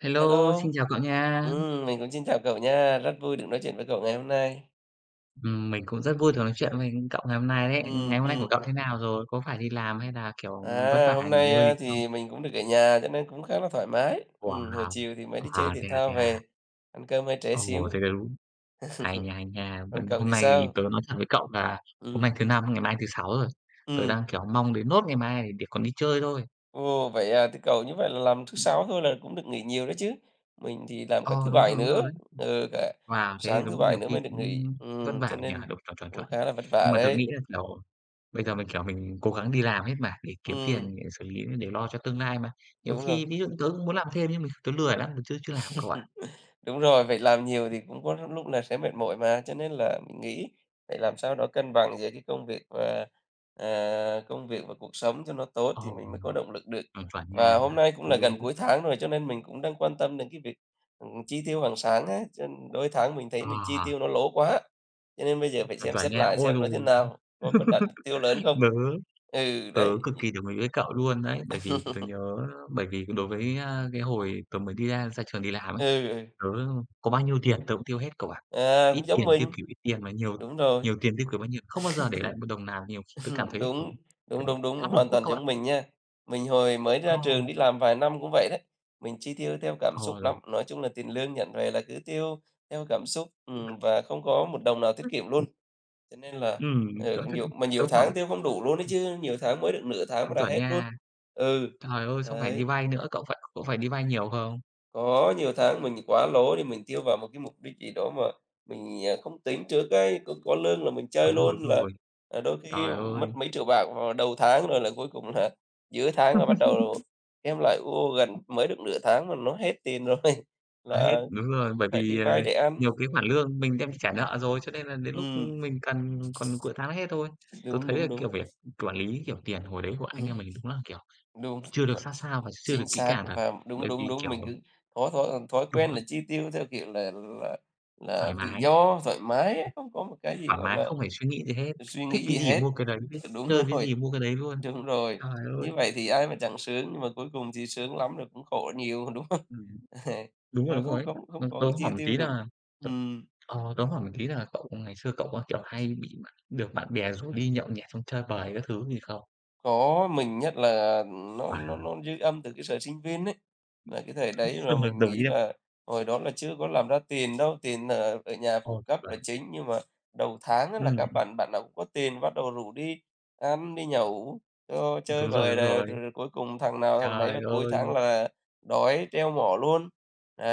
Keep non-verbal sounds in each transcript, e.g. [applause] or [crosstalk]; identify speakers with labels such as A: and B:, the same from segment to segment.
A: Hello,
B: Hello,
A: xin chào cậu nha.
B: mình cũng xin chào cậu nha, rất vui được nói chuyện với cậu ngày hôm nay.
A: Mình cũng rất vui được nói chuyện với cậu ngày hôm nay đấy.
B: Ừm,
A: Ngày hôm nay của
B: ừm.
A: cậu thế nào rồi? Có phải đi làm hay là, kiểu, vất
B: À, hôm
A: vả nghỉ
B: nay,
A: ngơi gì không?
B: thì mình cũng được ở nhà cho nên cũng khá là thoải mái. Hồi
A: Wow!
B: chiều thì mới đi chơi
A: Wow,
B: thể
A: thế à,
B: thao
A: thế à?
B: về, ăn cơm hơi trễ
A: Ồ,
B: xíu,
A: thế là đúng. Hay nha, hay nha.
B: còn
A: Mình
B: cậu
A: hôm
B: thì
A: nay thì
B: sao?
A: tớ nói thật với cậu là hôm
B: Ừm,
A: nay thứ Năm, ngày mai thứ Sáu rồi. Tớ
B: ừm.
A: đang, kiểu, mong đến nốt ngày mai để còn đi chơi thôi.
B: Ồ, vậy à, thế cậu như vậy là làm thứ Sáu thôi là cũng được nghỉ nhiều đó chứ. Mình thì làm cả thứ
A: Ờ,
B: Bảy
A: đúng
B: nữa,
A: rồi đấy.
B: ừ, cả
A: Wow, thế thì
B: sáng thứ
A: đúng
B: Bảy
A: nhiều
B: nữa
A: khi
B: mới được
A: cũng
B: nghỉ,
A: vất
B: cho
A: vả nhỉ?
B: nên
A: Đúng, chuẩn, chuẩn,
B: cũng
A: chuẩn.
B: khá là vất
A: Nhưng
B: vả
A: mà tớ
B: đấy.
A: nghĩ là, kiểu. Bây giờ mình, kiểu, mình cố gắng đi làm hết mà, để kiếm
B: Ừm,
A: tiền để xử lý, để lo cho tương lai mà. Nhiều
B: đúng rồi.
A: khi ví dụ tớ cũng muốn làm thêm nhưng mình tớ lười lắm, tớ chưa chưa làm cậu ạ.
B: Đúng rồi, vậy làm nhiều thì cũng có lúc là sẽ mệt mỏi mà, cho nên là mình nghĩ phải làm sao đó cân bằng giữa cái công việc và công việc và cuộc sống cho nó tốt thì
A: Ồ,
B: mình mới có động lực được.
A: chuẩn, chuẩn
B: Và
A: nha.
B: hôm nay cũng
A: Đúng,
B: là
A: đúng
B: gần
A: đấy.
B: cuối tháng rồi cho nên mình cũng đang quan tâm đến cái việc, chi tiêu hàng tháng á, cho nên đôi tháng mình thấy
A: Ờ,
B: mình chi tiêu nó lỗ quá, cho nên bây giờ phải
A: chuẩn,
B: xem
A: chuẩn
B: xét
A: nha.
B: lại
A: Ôi
B: xem nó thế
A: rồi,
B: nào, có đặt mục tiêu lớn không.
A: Tớ
B: Ừ,
A: tớ
B: đấy,
A: cực kỳ đồng ý với cậu luôn đấy, bởi vì tớ nhớ bởi vì đối với, cái hồi tớ mới đi ra ra trường đi làm ấy,
B: ừ, ừ,
A: tớ có bao nhiêu tiền tớ cũng tiêu hết cậu ạ. Ít
B: cũng giống
A: tiền tiêu
B: mình,
A: kiểu ít tiền mà nhiều
B: đúng rồi.
A: nhiều tiền tiêu kiểu bao nhiêu, không bao giờ để lại một đồng nào, nhiều khi
B: [laughs]
A: tớ cảm thấy, kiểu,
B: đúng, đúng,
A: kiểu,
B: đúng, đúng,
A: áp lực
B: hoàn
A: quá
B: toàn
A: cậu ạ.
B: giống mình nha. Mình hồi mới ra trường đi làm vài năm cũng vậy đấy, mình chi tiêu theo cảm
A: Ờ,
B: xúc lắm,
A: rồi.
B: nói chung là tiền lương nhận về là cứ tiêu theo cảm xúc, và không có một đồng nào tiết kiệm luôn. Cho nên là,
A: Ừm, cỡ thế,
B: nhiều mà
A: tớ
B: nhiều
A: khoảng,
B: tháng tiêu không đủ luôn đấy
A: ừm,
B: chứ, nhiều tháng mới được nửa tháng mà đã
A: chuẩn
B: hết luôn.
A: nha.
B: Ừ,
A: Trời ơi, xong phải đi
B: đấy.
A: vay nữa, cậu phải đi vay nhiều không?
B: Có, nhiều tháng mình quá lố thì mình tiêu vào một cái mục đích gì đó mà mình, không tính trước ấy, có lương là mình chơi
A: Đúng rồi,
B: luôn
A: đúng
B: là,
A: rồi.
B: à, đôi khi
A: Trời
B: mất
A: ơi,
B: mấy triệu bạc vào đầu tháng rồi là cuối cùng là [laughs] giữa tháng là bắt đầu em lại, ô, gần mới được nửa tháng mà nó hết tiền rồi, [laughs]
A: nói hết
B: là
A: đúng rồi, bởi
B: phải đi
A: vì,
B: vay để ăn.
A: nhiều cái khoản lương mình đem đi trả nợ rồi, cho nên là đến lúc,
B: Ừm,
A: mình cần còn cuối tháng hết thôi. Tớ
B: đúng,
A: thấy là,
B: đúng, đúng,
A: kiểu, việc quản lý, kiểu, tiền hồi đấy của anh
B: ừm,
A: em mình đúng là, kiểu,
B: đúng,
A: chưa được
B: vẫn
A: sát sao và chưa
B: chính
A: được kỹ
B: xác
A: càng thật.
B: và đúng,
A: Bởi
B: đúng,
A: vì,
B: đúng,
A: kiểu.
B: mình cứ thói thói thói
A: Đúng
B: quen
A: rồi,
B: là chi tiêu theo kiểu là là là
A: thoải
B: tự
A: mái,
B: do, thoải mái ấy, không có một cái gì,
A: thoải
B: gọi
A: mái
B: là
A: không phải suy nghĩ gì hết,
B: suy
A: thích
B: nghĩ
A: cái
B: gì
A: gì
B: hết.
A: mua cái đấy, ví dụ
B: Đúng
A: chơi cái gì
B: rồi,
A: mua cái đấy luôn.
B: đúng rồi.
A: Trời ơi!
B: Như vậy thì ai mà chẳng sướng, nhưng mà cuối cùng thì sướng lắm rồi cũng khổ nhiều, đúng không?
A: Ừm.
B: [laughs] Rồi
A: Đúng rồi
B: không
A: ấy.
B: không
A: Tớ
B: không có
A: tớ
B: cái chi
A: hỏi một
B: tiêu
A: tí
B: đủ.
A: là t
B: Ừ.
A: ờ, tớ hỏi một tí là cậu ngày xưa cậu có, kiểu, hay bị bạn được bạn bè rủ đi nhậu nhẹt xong chơi bời các thứ gì không?
B: Có, mình nhất là nó nó
A: Wow!
B: nó dư âm từ cái thời sinh viên ấy. Là cái thời đấy
A: [laughs]
B: là
A: Ờ,
B: mình
A: đồng
B: nghĩ
A: ý [unintelligible] không?
B: là hồi đó là chưa có làm ra tiền đâu, tiền ở ở nhà phụ
A: Ôi,
B: cấp là
A: chuẩn.
B: chính, nhưng mà đầu tháng á là các
A: Ừm,
B: bạn bạn nào cũng có tiền bắt đầu rủ đi ăn, đi nhậu, cho chơi
A: đúng rồi,
B: bời
A: đúng
B: này,
A: rồi.
B: rồi rồi cuối cùng thằng nào thằng đấy
A: Trời
B: là cuối tháng
A: ơi!
B: là đói treo mỏ luôn.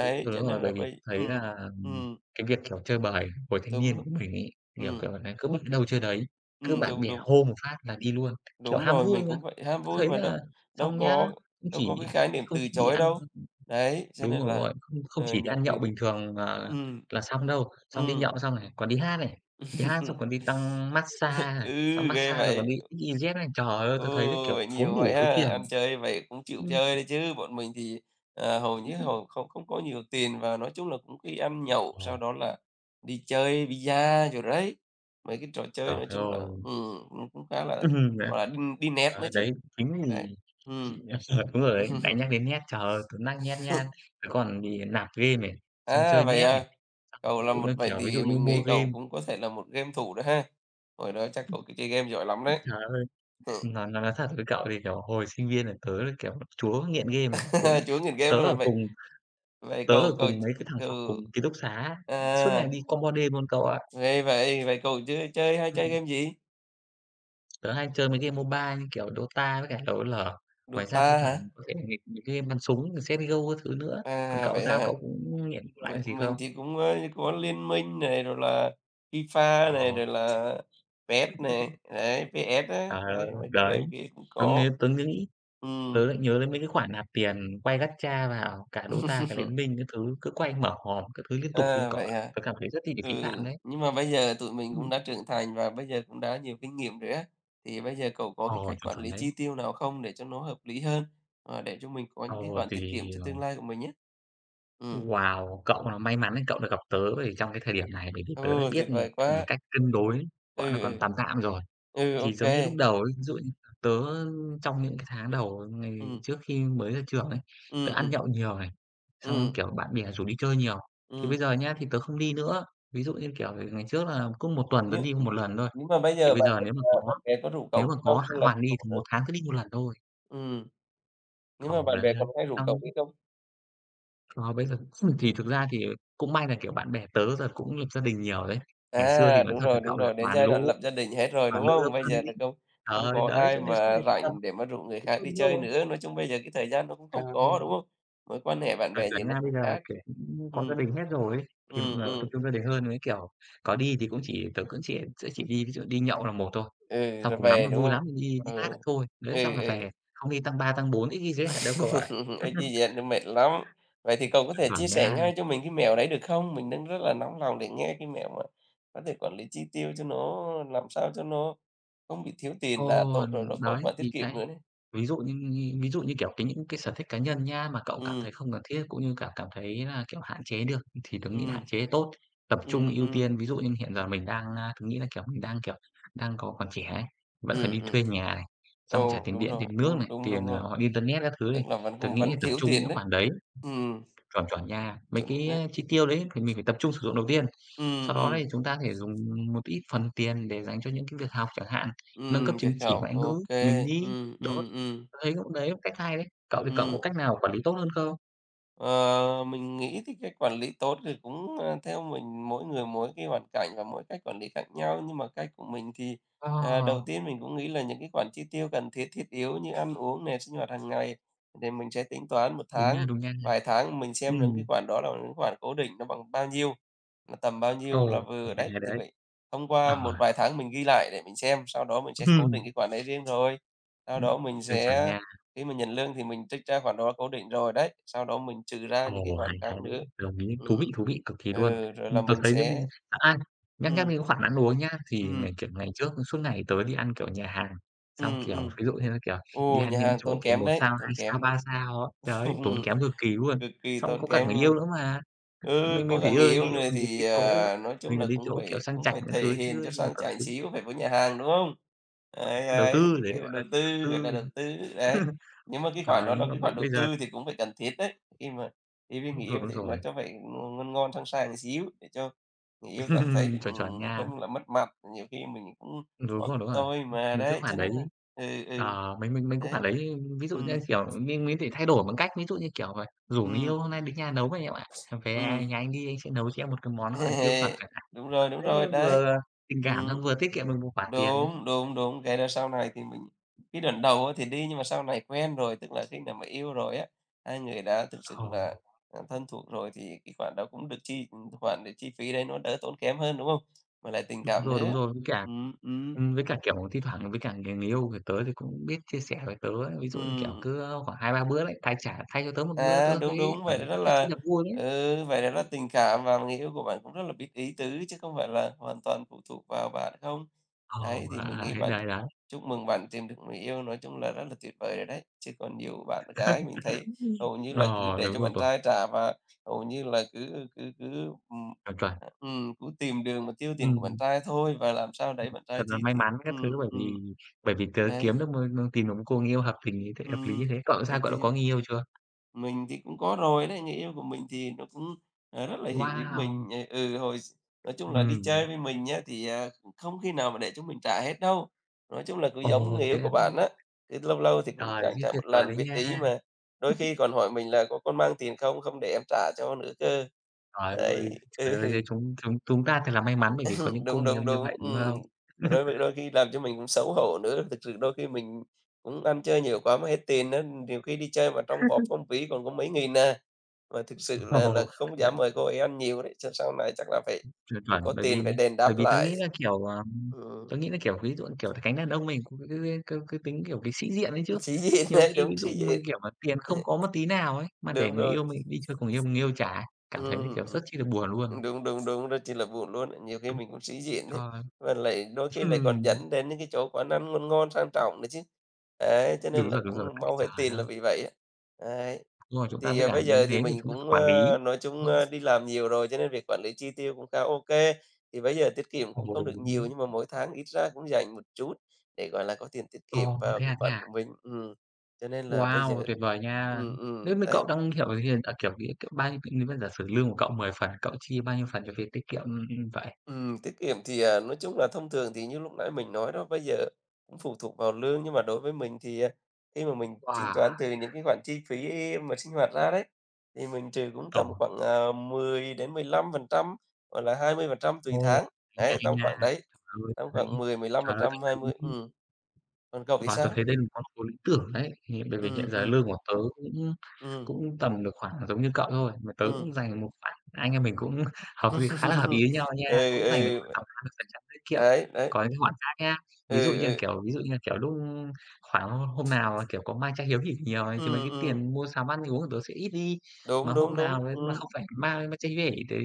B: cho
A: Đúng
B: nên
A: rồi,
B: là
A: bởi vì
B: bây
A: thấy là,
B: ừm,
A: cái việc, kiểu, chơi bời hồi thanh
B: đúng
A: niên
B: rồi.
A: của mình ấy, kiểu,
B: Ừm,
A: kiểu, là cứ bước đâu chơi đấy, cứ bạn
B: đúng,
A: bè
B: đúng.
A: hô một phát là đi luôn, kiểu,
B: Đúng
A: ham
B: rồi,
A: vui
B: mình
A: mà.
B: cũng vậy, ham
A: Tớ
B: vui
A: thấy
B: mà đâu
A: là
B: đâu
A: xong nhá,
B: có
A: không
B: đâu
A: chỉ
B: có cái khái niệm
A: không
B: từ
A: chỉ đi
B: chối
A: ăn.
B: đâu. Đấy, cho
A: Đúng
B: nên
A: rồi, đúng
B: là,
A: rồi. Không không chỉ đi
B: nhiều
A: ăn nhậu
B: khi
A: bình thường,
B: ừm.
A: là xong đâu, xong đi nhậu xong này, còn đi hát này, đi hát xong
B: Ừm.
A: còn đi tăng mát-xa này,
B: ừ,
A: xong
B: ghê
A: mát-xa rồi còn
B: vậy.
A: đi EasyJet này. Trời ơi,
B: Ừ,
A: tui thấy, kiểu,
B: vậy
A: tốn
B: nhiều
A: đủ
B: vậy
A: số
B: ha,
A: tiền.
B: ăn chơi vậy cũng chịu
A: Ừm.
B: chơi đấy chứ. Bọn mình thì, hầu như không không có nhiều tiền và nói chung là cũng khi ăn nhậu,
A: Ờ,
B: sau đó là đi chơi bi-a rồi đấy. Mấy cái trò chơi
A: trời
B: nói chung là,
A: ơi, [laughs]
B: cũng cũng khá là,
A: đấy,
B: gọi là, đi đi
A: trời
B: nét nữa
A: ơi,
B: chứ.
A: đấy, chính
B: Đấy,
A: vì
B: ừm.
A: chị [laughs] [unintelligible] đúng rồi đấy, lại
B: [laughs]
A: nhắc đến Net, trời ơi, tốn năng nhat nhang. Rồi còn thì nạp game này, xong
B: À,
A: chơi
B: vậy
A: Net này,
B: à?
A: xong ví
B: Cậu là
A: dụ
B: một
A: như,
B: vậy
A: kiểu, ví dụ
B: thì
A: như
B: mình
A: mua
B: nghĩ cậu
A: game,
B: cũng có thể là một game thủ đó ha. Hồi đó chắc cậu chơi game giỏi lắm đấy.
A: trời ơi. Nói thật với cậu thì, kiểu, hồi sinh viên là tớ là, kiểu, chúa nghiện game rồi, cũng
B: [laughs] Chúa nghiền game
A: tớ
B: luôn rồi
A: ở
B: vậy.
A: cùng
B: Vậy
A: tớ
B: cậu
A: ở
B: cậu
A: cùng mấy cái thằng phòng cùng
B: cậu
A: ký túc xá á, suốt ngày
B: à,
A: đi combo đêm luôn cậu ạ.
B: vậy vậy, vậy cậu chơi chơi hay chơi
A: Ừm,
B: game gì?
A: tớ hay chơi mấy game MOBA như kiểu Dota với cả LOL. Ngoài ra
B: Dota
A: thi
B: hả?
A: thoảng có thể nghịch mấy cái game bắn súng rồi CS:GO các thứ nữa. Còn
B: À,
A: cậu
B: vậy
A: sao,
B: hả?
A: cậu cũng nghiện lại
B: Mình
A: cái gì không?
B: mình thì cũng, có Liên Minh này, rồi là FIFA này, rồi
A: Ờ,
B: là PES này, đấy, PS á,
A: trời ơi,
B: đấy, mấy cái
A: đấy,
B: game kia cũng
A: tớ
B: có.
A: nghe tớ nghĩ.
B: Ừ.
A: Tớ lại nhớ đến mấy cái khoản nạp tiền quay Gacha vào cả Dota, cả Liên
B: [laughs]
A: Minh các thứ, cứ quay mở hòm các thứ liên tục luôn
B: À,
A: cậu
B: vậy
A: ạ.
B: hả?
A: Tớ cảm thấy rất là bị
B: Ừ,
A: phí phạm đấy.
B: nhưng mà bây giờ tụi mình cũng
A: Ừm.
B: đã trưởng thành và bây giờ cũng đã nhiều kinh nghiệm rồi á, thì bây giờ cậu có cái
A: Ờ,
B: cách
A: chuẩn,
B: quản
A: chuẩn
B: lý
A: đấy.
B: chi tiêu nào không để cho nó hợp lý hơn, để cho mình có
A: Ờ,
B: những cái khoản tiết kiệm
A: thì,
B: cho
A: ờ,
B: tương lai của mình nhé? Ừm.
A: wow, cậu là may mắn đấy, cậu được gặp tớ về trong cái thời điểm này, bởi vì tớ đã
B: Ừ,
A: biết,
B: tuyệt vời
A: một
B: quá!
A: cách cân đối,
B: Ừ,
A: gọi là, còn
B: ừ,
A: tàn tạm rồi.
B: ừ, ô
A: Thì
B: ừ
A: giống như lúc đầu ấy, ví dụ như tớ trong những cái tháng đầu
B: ừ
A: ngày trước khi mới ra trường ấy, tớ
B: ừm,
A: ăn
B: ừm,
A: nhậu nhiều này, xong,
B: ừm,
A: kiểu, bạn bè rủ đi chơi nhiều. Thì bây giờ nhá, thì tớ không đi nữa. Ví dụ như, kiểu, ngày trước là cứ một tuần tớ
B: Nhưng
A: đi một lần thôi,
B: nhưng mà bây
A: thì
B: giờ
A: bây giờ nếu mà có
B: bạn bè có rủ
A: nếu
B: cậu nữa
A: mà có
B: không
A: hạ
B: hay là
A: hoàn
B: không rủ
A: đi thì
B: nữa?
A: một tháng tớ đi một lần thôi.
B: ừ nhưng mà
A: Ồ
B: bạn bè
A: đấy, đấy.
B: còn hay rủ cậu
A: Xong
B: đi không?
A: ờ, bây giờ [clears throat] thì thực ra thì cũng may là, kiểu, bạn bè tớ giờ cũng lập gia đình nhiều đấy. Ngày xưa
B: À,
A: thì nói thật với
B: đúng
A: cậu là
B: rồi, đến
A: toàn
B: giai đoạn
A: lũ
B: lập gia đình hết rồi,
A: toàn
B: đúng
A: lữ
B: không?
A: độc
B: Bây
A: thân
B: giờ
A: ấy.
B: là không không
A: Trời
B: có
A: đấy,
B: ai
A: cho nên suốt
B: mà
A: ngày tụ tập.
B: rảnh để mà rủ người
A: Đúng
B: khác
A: rồi,
B: đi
A: đúng
B: chơi
A: rồi.
B: nữa, nói chung bây giờ cái thời gian nó cũng
A: Ờ.
B: không có, đúng không? Mối quan hệ bạn
A: ở
B: bè gì
A: chuẩn
B: nó
A: nha. Bây
B: cũng
A: giờ,
B: khác.
A: kiểu, cũng
B: ừ
A: có gia đình hết rồi ấy, thì mọi
B: Ừm,
A: người cũng tập
B: ừm,
A: trung gia đình hơn với, kiểu, có đi thì cũng chỉ tớ cũng chỉ sẽ chỉ đi ví dụ đi nhậu là một thôi,
B: ừ,
A: xong
B: rồi
A: cùng lắm
B: về,
A: là
B: đúng
A: vui
B: không?
A: lắm thì đi
B: Ừ,
A: đi hát lại thôi. Đấy, xong
B: ừ,
A: là
B: ừ,
A: về, không đi tăng 3 tăng 4 ít khi gì hết đâu cậu ạ.
B: [laughs] ê, như
A: [laughs]
B: vậy nó mệt lắm. Vậy thì cậu có thể chia
A: Chuẩn
B: sẻ
A: nha.
B: ngay cho mình cái mẹo đấy được không? Mình đang rất là nóng lòng để nghe cái mẹo mà có thể quản lý chi tiêu cho nó làm sao cho nó không bị thiếu tiền là
A: Ồ,
B: tốt rồi, rồi có
A: đấy,
B: khoản tiết
A: thì
B: kiệm
A: cái.
B: nữa nè.
A: Ví dụ như, kiểu, những cái sở thích cá nhân nha mà cậu cảm
B: Ừm,
A: thấy không cần thiết cũng như cả cảm thấy là, kiểu, hạn chế được thì tớ nghĩ là hạn
B: ừm,
A: chế tốt. Tập
B: ừm,
A: trung ưu
B: ừm,
A: tiên, ví dụ như hiện giờ mình đang, tớ nghĩ là, kiểu, mình đang, kiểu, đang có còn trẻ ấy, vẫn phải
B: ừm,
A: đi
B: ừm.
A: thuê nhà này, xong trả
B: Ồ,
A: tiền
B: đúng
A: điện,
B: rồi,
A: tiền nước này,
B: đúng đúng,
A: tiền,
B: đúng rồi,
A: internet các thứ này.
B: tức là vẫn
A: Tớ
B: cũng
A: nghĩ
B: vẫn
A: là tập
B: thiếu
A: trung
B: tiền
A: những
B: đấy.
A: khoản đấy,
B: Ừm,
A: chuẩn, chuẩn nha. Mấy
B: chuẩn
A: cái,
B: đấy.
A: chi tiêu đấy thì mình phải tập trung sử dụng đầu tiên.
B: Ừm,
A: Sau đó thì
B: ừm,
A: chúng ta có thể dùng một ít phần tiền để dành cho những cái việc học chẳng hạn, nâng cấp chứng
B: việc
A: chỉ
B: hiểu,
A: ngoại ngữ
B: ô
A: mình
B: kê,
A: đi, đó thấy cũng đấy, cách hay đấy. Cậu thì cậu có
B: ừm.
A: cách nào quản lý tốt hơn không?
B: Ờ, mình nghĩ thì cái quản lý tốt thì cũng, theo mình mỗi người mỗi cái hoàn cảnh và mỗi cách quản lý khác nhau. Nhưng mà cách của mình thì,
A: Ờ,
B: đầu tiên mình cũng nghĩ là những cái khoản chi tiêu cần thiết, thiết yếu như ăn uống này sinh hoạt hàng ngày thì mình sẽ tính toán một
A: đúng nha,
B: tháng,
A: đúng nha.
B: vài tháng mình xem những cái
A: Ừm,
B: khoản đó là những khoản cố định nó bằng bao nhiêu, là tầm bao nhiêu là
A: ồ,
B: vừa.
A: hay đấy,
B: Đấy,
A: hay
B: thì
A: đấy.
B: vậy thông qua một
A: Ờ,
B: vài tháng mình ghi lại để mình xem, sau đó mình sẽ cố
A: ừm,
B: định cái khoản đấy riêng rồi. Sau
A: ừm,
B: đó mình
A: chuẩn, chuẩn
B: sẽ
A: nha.
B: khi mình nhận lương thì mình trích ra khoản đó cố định rồi đấy, sau đó mình trừ ra những cái
A: Ồ,
B: khoản
A: hay, hay
B: khác
A: đấy,
B: nữa.
A: đồng ý,
B: Ừm.
A: thú vị cực kỳ luôn.
B: Ừ, rồi là
A: Tớ
B: mình
A: thấy những cái,
B: sẽ
A: à, nhắc nhắc
B: ừ,
A: đến cái khoản ăn uống nhá, thì
B: ừ,
A: ngày, kiểu, ngày trước suốt ngày tớ đi ăn, kiểu, nhà hàng, xong,
B: ừ,
A: kiểu,
B: ừ,
A: ví dụ như là, kiểu, đi
B: ồ,
A: ăn
B: nhà
A: những
B: hàng
A: chỗ,
B: tốn
A: kiểu,
B: kém
A: một
B: đấy,
A: sao,
B: tốn
A: 2
B: kém.
A: sao, 3 sao á, đấy, tốn
B: [laughs]
A: kém cực kỳ luôn,
B: Cực kỳ
A: xong
B: tốn
A: có cả
B: kém
A: người yêu
B: luôn.
A: nữa mà.
B: Ừ,
A: Mình
B: có
A: phải
B: cả người
A: ưa
B: yêu
A: nghĩ
B: nữa
A: mình đến
B: thì,
A: cái chỗ
B: nói chung
A: mình phải
B: là
A: đến
B: cũng
A: chỗ, kiểu,
B: phải
A: sang
B: cũng
A: chảnh
B: phải
A: các
B: thể
A: thứ
B: hiện
A: chứ,
B: cho
A: nhưng mà
B: sang
A: toàn
B: chảnh
A: thứ
B: xíu, phải có nhà hàng, đúng không? Đấy,
A: đầu
B: đấy, thì
A: tư, đấy
B: cái
A: được
B: đó
A: gọi là,
B: đầu
A: kiểu, đầu
B: tư, gọi
A: tư.
B: là, đầu tư, đấy.
A: [laughs]
B: Nhưng mà cái khoản
A: Trời,
B: đó là
A: nhưng mà
B: cái
A: bây
B: khoản đầu
A: bây giờ
B: tư thì cũng phải cần thiết đấy, khi mà đi với
A: Đúng
B: người yêu
A: rồi, đúng
B: thì nó
A: rồi,
B: cho phải ngon ngon, sang sang xíu để cho người yêu cảm thấy được,
A: [laughs] chuẩn, chuẩn nha.
B: không là mất mặt, nhiều khi mình cũng
A: Đúng
B: có
A: rồi,
B: cái
A: đúng rồi.
B: tôi mà,
A: Mấy cái
B: đấy, cho
A: khoản đấy,
B: nên là ừ, ừ,
A: mấy mấy mấy cái khoản
B: đấy.
A: đấy ví dụ
B: ừ
A: như, kiểu, mình có thể thay đổi bằng cách ví dụ như, kiểu là, rủ
B: ừ
A: người yêu "Hôm nay đến nhà nấu này em ạ, về
B: ừ
A: nhà anh đi, anh sẽ nấu cho em một cái món, gọi là, siêu phẩm" chẳng
B: [laughs]
A: hạn.
B: Đúng
A: Đấy,
B: rồi, đấy.
A: vừa tình cảm
B: Ừm,
A: xong vừa tiết kiệm được một khoản tiền đấy.
B: đúng, đúng, đúng, cái đó sau này thì mình cái đoạn đầu á thì đi, nhưng mà sau này quen rồi, tức là khi nào mà yêu rồi á, hai người đã thực sự
A: Ồ,
B: là, thân thuộc rồi thì cái khoản đó cũng được chi khoản để chi phí đấy nó đỡ tốn kém hơn, đúng không? Mà lại tình cảm
A: đúng
B: nữa.
A: rồi, với cả.
B: ừ ừ
A: Với cả, kiểu, thi thoảng với cả người người yêu của tớ thì cũng biết chia sẻ với tớ ấy, ví
B: ừ
A: dụ như, kiểu, cứ khoảng hai ba bữa đấy, thay trả thay cho tớ một bữa
B: À,
A: tớ
B: đúng,
A: thấy
B: đúng,
A: cảm
B: vậy
A: thấy
B: rất
A: rất rất chi
B: là
A: là vui đấy.
B: vậy rất là tình cảm và người yêu của bạn cũng rất là biết ý tứ chứ không phải là hoàn toàn phụ thuộc vào bạn không?
A: Ờ,
B: Đấy, thì
A: à,
B: mình
A: à,
B: nghĩ
A: đấy, đấy, đấy.
B: chúc mừng bạn tìm được người yêu nói chung là rất là tuyệt vời rồi đấy, chứ còn nhiều bạn gái mình thấy hầu như là cứ
A: Ờ,
B: để cho
A: đúng rồi,
B: bạn
A: chuẩn,
B: trai trả và hầu như là cứ cứ cứ, ừm,
A: chuẩn, chuẩn.
B: à, cứ tìm đường mà tiêu tiền của bạn
A: Ừm,
B: trai thôi và làm sao đấy bạn
A: thật
B: trai chi
A: là may
B: thì
A: mắn các thứ
B: ừm,
A: bởi
B: ừm.
A: vì tớ
B: Đấy,
A: kiếm được một tìm được một cô người yêu hợp tình như thế hợp lý
B: ừm,
A: như thế. Cậu sao,
B: ừm.
A: cậu đã có người yêu chưa?
B: Mình thì cũng có rồi đấy, người yêu của mình thì nó cũng, rất là hiểu ý
A: Wow!
B: mình. Ờ, ừ, hồi s Nói chung là đi chơi
A: Ừm.
B: với mình nhá thì, không khi nào mà để chúng mình trả hết đâu. Nói chung là cứ giống
A: Ồ,
B: người yêu
A: thế là
B: của bạn á, cứ lâu lâu thì cũng
A: trời,
B: chẳng
A: thế
B: trả
A: tuyệt
B: một
A: vời
B: lần,
A: đấy
B: biết
A: nha.
B: ý mà. Đôi khi còn hỏi mình là "Có con mang tiền không? Không để em trả cho nữa cơ." Đấy, [laughs] ừ.
A: Trời ơi, thế chúng chúng chúng ta thật là may mắn bởi vì có
B: [laughs]
A: những cô
B: Đúng,
A: người yêu
B: đúng,
A: như
B: đúng,
A: vậy, đúng
B: ừm.
A: không?
B: Đôi khi làm cho mình cũng xấu hổ nữa, thực sự đôi khi mình cũng ăn chơi nhiều quá mà hết tiền á, nhiều khi đi chơi mà trong bóp trong ví còn có mấy nghìn à. Mà thực sự là
A: Ồ,
B: không dám
A: bạn
B: mời cô ấy ăn nhiều đấy, sau sau này chắc là phải,
A: chuẩn, chuẩn.
B: có
A: Bởi
B: tiền phải
A: vì
B: đền đáp
A: bởi vì tớ
B: lại.
A: nghĩ là, kiểu, ờ,
B: Ừm,
A: tớ nghĩ là, kiểu, ví dụ kiểu, cánh đàn ông mình cũng cứ cứ cứ tính, kiểu, cái sĩ diện ấy chứ.
B: [laughs] sĩ diện
A: Nhiều
B: đấy,
A: khi
B: đúng,
A: ví dụ
B: sĩ
A: mà,
B: diện.
A: kiểu mà, tiền không
B: [laughs]
A: có một tí nào ấy, mà để
B: Đúng
A: người
B: rồi.
A: yêu mình đi chơi cùng yêu mình yêu trả, cảm thấy, kiểu,
B: Ừm,
A: rất chi là buồn luôn.
B: Đúng, đúng, đúng, rất chỉ là buồn luôn ấy. Nhiều khi
A: Đúng
B: mình cũng sĩ diện đấy
A: rồi,
B: và lại đôi
A: [laughs]
B: khi lại còn
A: ừm,
B: dẫn đến những cái chỗ quán ăn ngon ngon, sang trọng nữa chứ. Đấy, cho nên là
A: đúng rồi
B: cũng
A: đấy,
B: mau hết
A: trời
B: tiền là
A: ơi!
B: vì vậy á. Đấy,
A: Đúng rồi, chúng ta
B: thì,
A: với cả
B: bây
A: như
B: giờ thì
A: thế thì
B: mình
A: chúng ta phải
B: cũng,
A: quản lý,
B: nói chung,
A: đúng không?
B: đi làm nhiều rồi, cho nên việc quản lý chi tiêu cũng khá ok. Thì bây giờ tiết kiệm
A: Ồ,
B: cũng không
A: đúng,
B: được
A: đúng,
B: nhiều,
A: đúng.
B: nhưng mà mỗi tháng ít ra cũng dành một chút để, gọi là, có tiền tiết kiệm
A: Ồ,
B: vào
A: thế
B: cái
A: à, thế
B: khoản
A: à?
B: của mình. Cho nên là bây giờ
A: Wow, tuyệt vời nha! Nếu như
B: đấy.
A: cậu đang, kiểu, hiền ở kiểu, nghĩa, kiểu, bao nhiêu nếu mà giả sử lương của cậu 10 phần, cậu chia bao nhiêu phần cho việc tiết kiệm, ừ, ừ, vậy?
B: Tiết kiệm thì, nói chung là thông thường thì như lúc nãy mình nói đó, bây giờ cũng phụ thuộc vào lương, nhưng mà đối với mình thì, khi mà mình tính
A: Wow,
B: toán từ những cái khoản chi phí mà sinh hoạt ra đấy, thì mình trừ cũng
A: ồ,
B: tầm khoảng, 10-15% hoặc là 20% tùy
A: ồ,
B: tháng,
A: hay nha, hay nha.
B: đấy,
A: Trời ơi,
B: tầm
A: tớ thấy
B: khoảng 10,
A: trời ơi, tớ
B: 15%, 20,
A: thấy
B: ừm. Còn cậu thì
A: và tớ
B: sao?
A: thấy đây là một con số lý tưởng đấy, thì bởi vì
B: Ừm,
A: hiện giờ
B: ừm,
A: lương của tớ cũng
B: ừm,
A: cũng tầm được khoảng giống như cậu thôi, mà tớ
B: ừm.
A: cũng dành một khoản anh em mình cũng [laughs] hợp với khá là hợp ý với nhau
B: [laughs]
A: nha,
B: Ừ,
A: cũng dành được khoảng
B: ừ,
A: tầm 20% tiết kiệm.
B: đấy, đấy,
A: Có những cái khoản khác nhá,
B: ừ,
A: ví dụ như là,
B: ừ,
A: kiểu, ví dụ như là, kiểu, lúc khoảng hôm nào mà, kiểu, có mang trái hiếu hỉ nhiều này thì mấy
B: ừm,
A: cái
B: ừm,
A: tiền mua sắm ăn uống của tớ sẽ ít đi, mà
B: đúng, đúng,
A: hôm
B: đúng,
A: nào đấy mà không phải mang mang trái hiếu hỉ thì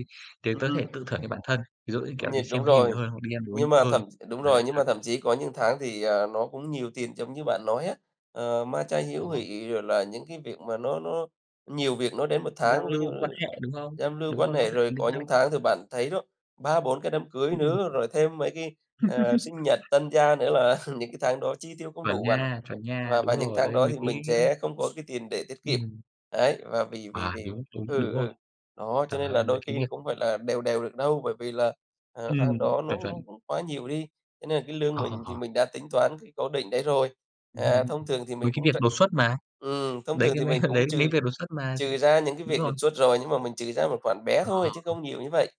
A: tớ thể
B: ừm,
A: tự thưởng cho bản thân, ví dụ như, kiểu,
B: nh
A: đi
B: đúng
A: xem phim
B: rồi.
A: nhiều hơn hoặc đi ăn uống
B: Nhưng mà
A: nhiều hơn.
B: thậm Đúng
A: Đấy,
B: rồi, nhưng mà thậm chí có những tháng thì, nó cũng nhiều tiền giống như bạn nói á, ờ, ma chay hiếu
A: đấy.
B: hỉ, rồi là những cái việc mà nó nhiều việc nó đến một
A: Giao
B: tháng, ví dụ
A: lưu quan hệ, đúng không?
B: giao lưu
A: Đúng
B: quan
A: rồi, nó
B: hệ.
A: phải
B: Rồi
A: liên
B: có
A: quan
B: những
A: đến
B: tháng thì bạn thấy đó, 3 4 cái đám cưới
A: ừm,
B: nữa, rồi thêm mấy cái, sinh nhật tân gia nữa là [laughs] những cái tháng đó chi tiêu không đủ bạn ạ.
A: chuẩn nha,
B: Và
A: đúng
B: những
A: rồi,
B: tháng
A: đấy,
B: đó
A: mấy
B: thì
A: cái
B: mình sẽ không có cái tiền để tiết kiệm,
A: ừm,
B: đấy, và vì vì
A: à,
B: vì
A: đúng, đúng,
B: ừ,
A: đúng rồi.
B: ừ, đó, cho
A: Trời
B: nên là
A: ơi, mấy
B: đôi
A: cái
B: khi cũng
A: việc
B: phải là đều đều được đâu, bởi vì là ờ, tháng
A: ừm,
B: đó nó
A: chuẩn, chuẩn.
B: nó cũng quá nhiều đi, thế nên là cái lương
A: Ờ,
B: mình
A: ờ,
B: thì
A: ờ,
B: mình đã tính toán cái cố định đấy rồi.
A: đúng,
B: À,
A: đúng rồi.
B: thông thường thì
A: Mấy
B: mình
A: cái
B: cũng tr
A: việc đột xuất mà,
B: ừm, thông
A: đấy,
B: thường
A: cái
B: thì
A: mấy
B: mình
A: [laughs] đấy
B: cũng
A: mấy
B: trừ
A: việc đột xuất mà chúng
B: trừ ra những cái
A: đúng
B: việc đột
A: rồi,
B: xuất rồi, nhưng mà mình trừ ra một khoản bé thôi chứ
A: ờ,
B: không nhiều như vậy.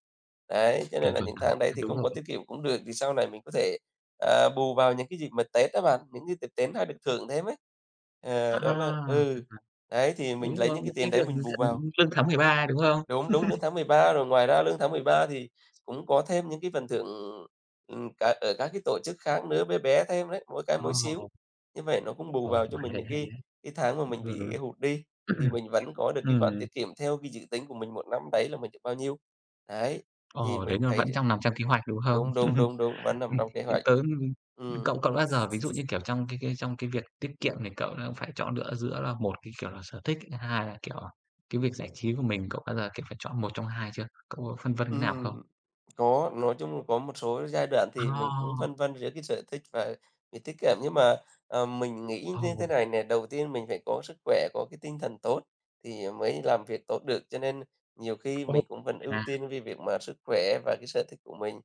B: Đấy, cho nên
A: chuẩn,
B: là
A: chuẩn
B: những
A: á,
B: tháng đấy thì
A: đúng
B: không có
A: rồi.
B: tiết kiệm cũng được, thì sau này mình có thể, bù vào những cái dịp mà Tết á bạn, những cái dịp Tết hay được thưởng thêm ấy. Ờ, đó là
A: À,
B: ừ, đấy, thì mình
A: đúng
B: lấy
A: rồi,
B: những cái
A: mấy
B: tiền
A: cái
B: đấy
A: việc
B: mình bù vào.
A: [unintelligible] lương tháng 13 đúng không?
B: Đúng, đúng, lương tháng mười ba. Rồi ngoài ra lương tháng 13 thì cũng có thêm những cái phần thưởng, cả ở các cái tổ chức khác nữa, bé bé thêm đấy, mỗi cái
A: Ờ,
B: mỗi xíu. Như vậy nó cũng bù
A: ờ,
B: vào cho mình những
A: hay đấy,
B: cái tháng mà
A: đúng
B: mình
A: rồi,
B: bị
A: đúng.
B: hụt đi, thì
A: [clears throat]
B: mình vẫn có được cái khoản
A: Ừm,
B: tiết kiệm theo cái dự tính của mình một năm đấy là mình được bao nhiêu. Đấy,
A: ờ,
B: thì
A: đấy
B: mình
A: là
B: thấy
A: vẫn nằm trong kế hoạch, đúng không?
B: đúng, đúng,
A: [laughs]
B: đúng, đúng, vẫn nằm
A: Ừm,
B: trong kế
A: thì
B: hoạch.
A: tớ
B: Ừm.
A: cậu cậu đã giờ ví dụ như, kiểu, trong cái trong cái việc tiết kiệm thì cậu đã phải chọn lựa giữa là một cái, kiểu là, sở thích, thứ hai là, kiểu, cái việc giải trí của mình, cậu bao giờ, kiểu, phải chọn một trong hai chưa? Cậu có phân vân cái nào
B: Ừm,
A: không?
B: có, nói chung là có một số giai đoạn thì mình cũng
A: À,
B: phân vân giữa cái sở thích và việc tiết kiệm, nhưng mà, mình nghĩ như thế
A: ồ,
B: này nè, đầu tiên mình phải có sức khỏe, có cái tinh thần tốt thì mới làm việc tốt được, cho nên nhiều khi
A: ồ,
B: mình cũng vẫn ưu
A: à,
B: tiên vì việc mà sức khỏe và cái sở thích của mình.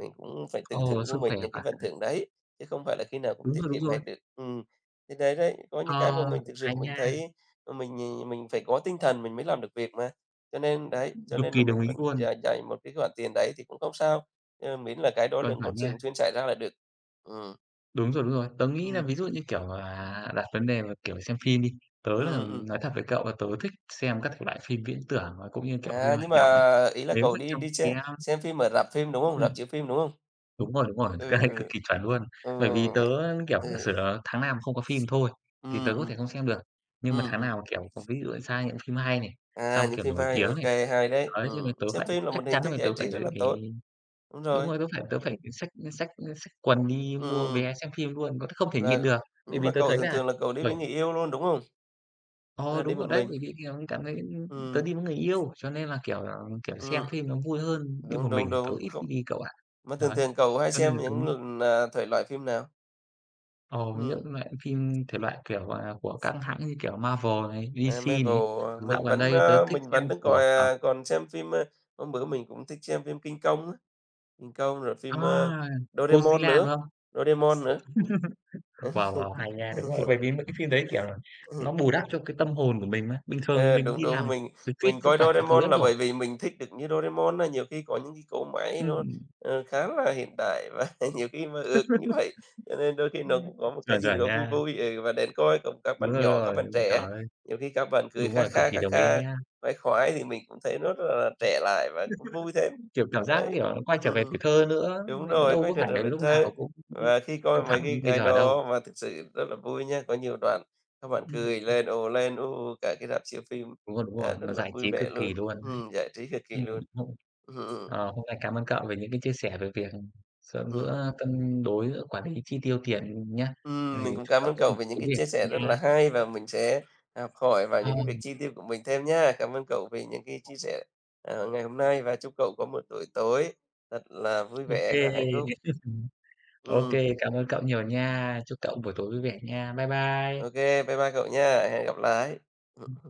B: Mình cũng phải tự thưởng
A: ồ,
B: cho
A: sức khỏe
B: mình những cái
A: và
B: phần thưởng đấy, chứ không phải là khi nào cũng
A: đúng
B: tiết
A: rồi, đúng
B: kiệm hay
A: rồi.
B: được. Thì đấy đấy, có những cái mà
A: Ờ,
B: mình thực sự
A: hay
B: mình
A: nha,
B: thấy, mình phải có tinh thần mình mới làm được việc mà. Cho nên đấy, cho
A: cực
B: nên là
A: kỳ
B: mình
A: đồng ý
B: vẫn
A: luôn,
B: dành dành một cái khoản tiền đấy thì cũng không sao, miễn là cái đó
A: chuẩn,
B: đừng có
A: chuẩn nha.
B: thường xuyên xảy ra là được. Ừm,
A: Đúng rồi, đúng rồi. Tớ nghĩ là
B: ừm,
A: ví dụ như, kiểu, à, đặt vấn đề mà, kiểu, xem phim đi, tớ là
B: ừm.
A: nói thật với cậu là tớ thích xem các thể loại phim viễn tưởng và cũng như, kiểu, phim
B: À, nhưng
A: hành
B: mà
A: động ấy.
B: ý là
A: Nếu
B: cậu
A: mà
B: đi
A: trong
B: đi
A: cái, a
B: xem phim ở rạp phim, đúng không?
A: ừm,
B: Rạp chiếu phim, đúng không?
A: đúng rồi, [laughs] cái
B: Ừ,
A: này cực
B: ừ.
A: kỳ chuẩn luôn.
B: Ờ,
A: Bởi vì tớ,
B: vậy
A: kiểu,
B: ừ,
A: giả sử là tháng nào mà không có phim thôi thì
B: ừm,
A: tớ có
B: ừm,
A: thể không xem được, nhưng mà
B: ừm,
A: tháng
B: ừm.
A: nào, kiểu, có ví dụ ra những phim hay này,
B: À,
A: xong,
B: những
A: kiểu,
B: phim
A: nổi
B: hay,
A: tiếng
B: ok
A: này,
B: kê, hay đấy.
A: đấy, cho nên tớ
B: Xem
A: phải
B: phim là
A: chắc
B: một hình
A: chắn
B: thức
A: là
B: giải
A: tớ
B: trí
A: phải
B: rất là tốt, đúng
A: đúng
B: rồi.
A: rồi, tớ phải xách xách xách quần đi mua
B: Ừm,
A: vé xem phim luôn, có không thể nhịn
B: và
A: được. Bởi
B: Nhưng
A: vì
B: mà
A: tớ
B: cậu
A: thấy
B: thường
A: là
B: thường là cậu đi
A: bởi
B: với người yêu luôn, đúng không? Hay là
A: ờ,
B: đi
A: đúng
B: một
A: rồi đấy,
B: mình?
A: bởi vì, kiểu, cảm thấy tớ
B: Ừm,
A: đi với người yêu, cho nên là, kiểu, ờ, kiểu, xem
B: ừm,
A: phim nó vui hơn, đi một
B: đúng,
A: mình
B: đúng,
A: thì tớ
B: đúng,
A: ít
B: không.
A: khi đi cậu ạ.
B: Mà thường
A: Đấy,
B: thường cậu hay
A: cho nên
B: xem
A: là tớ
B: những lần, thể loại phim nào?
A: ờ,
B: Ừ,
A: những loại phim thể loại, kiểu, à, của các hãng như kiểu Marvel này,
B: à,
A: DC này.
B: Marvel, à,
A: Dạo
B: mình
A: gần
B: vẫn,
A: đây tớ thích
B: mình
A: xem
B: vẫn đang còi
A: của, ờ,
B: à, còn xem phim, hôm bữa mình cũng thích xem phim King Kong á, King Kong rồi phim,
A: a,
B: Doraemon
A: Godzilla, đúng
B: nữa,
A: không?
B: Doraemon nữa.
A: Wow,
B: [laughs]
A: wow, hay nha, đúng rồi. Bởi vì mấy cái phim đấy, kiểu là, nó bù đắp cho cái tâm hồn của mình mà. Bình thường
B: Ờ,
A: mình
B: đúng,
A: đi
B: đúng,
A: làm
B: mình
A: xoắn xuýt
B: mình
A: vất
B: coi
A: vả các thứ
B: Doraemon
A: lắm
B: là
A: rồi.
B: bởi vì mình thích được như Doraemon á, nhiều khi có những cái cỗ máy nó,
A: Ừm.
B: khá là hiện đại và [laughs] nhiều khi mơ ước như vậy, cho nên đôi khi nó cũng có một cái
A: Chuẩn,
B: gì
A: chuẩn
B: đó vui
A: nha.
B: vui, ừ, và đến coi cùng các
A: Đúng
B: bạn
A: rồi,
B: nhỏ, các
A: đúng
B: bạn
A: rồi. Trời
B: trẻ
A: ơi,
B: nhiều khi các bạn cười
A: đúng
B: kha
A: rồi, cực
B: kha,
A: kỳ
B: kha
A: đồng ý
B: kha,
A: nha.
B: khoái khoái thì mình cũng thấy nó rất là trẻ lại và cũng vui thêm.
A: Kiểu, cảm giác,
B: Đấy,
A: kiểu, nó quay trở về
B: ừm.
A: tuổi thơ nữa,
B: Đúng
A: mình cũng
B: rồi,
A: đâu
B: quay
A: có
B: trở
A: phải
B: lại
A: đến
B: với
A: lúc
B: thơ.
A: nào cũng
B: Và khi coi
A: căng thẳng
B: mấy cái
A: như bây
B: cái
A: giờ đâu.
B: đó mà thực sự rất là vui nha, có nhiều đoạn các bạn cười
A: Ừm.
B: lên, ồ lên, u cả cái rạp chiếu phim,
A: Đúng
B: à,
A: rồi,
B: rất
A: nó
B: là
A: giải
B: vui
A: trí cực
B: vẻ luôn,
A: kỳ luôn đấy.
B: giải trí cực kỳ
A: Ừm,
B: luôn.
A: hôm
B: Ừm, ừm,
A: hôm nay cảm ơn cậu về những cái chia sẻ về việc giữa
B: ừm,
A: giữa cân đối, giữa quản lý chi tiêu tiền nhá. Thì
B: mình cũng
A: chúc
B: cảm
A: cậu
B: ơn
A: có
B: cậu
A: một
B: về những
A: tối
B: cái
A: việc
B: chia sẻ rất là
A: nha.
B: hay và mình sẽ học hỏi vào
A: Ờ,
B: những cái việc chi tiêu của mình thêm nhá. Cảm ơn cậu vì những cái chia sẻ, ngày hôm nay và chúc cậu có một buổi tối thật là vui
A: ô
B: vẻ
A: kê.
B: và hạnh phúc.
A: [laughs] Ô
B: Ừm,
A: kê, cảm ơn cậu nhiều nha. Chúc cậu buổi tối vui vẻ nha. Bye
B: ô
A: bye.
B: Bye bye cậu nha, hẹn gặp lại. Ừm.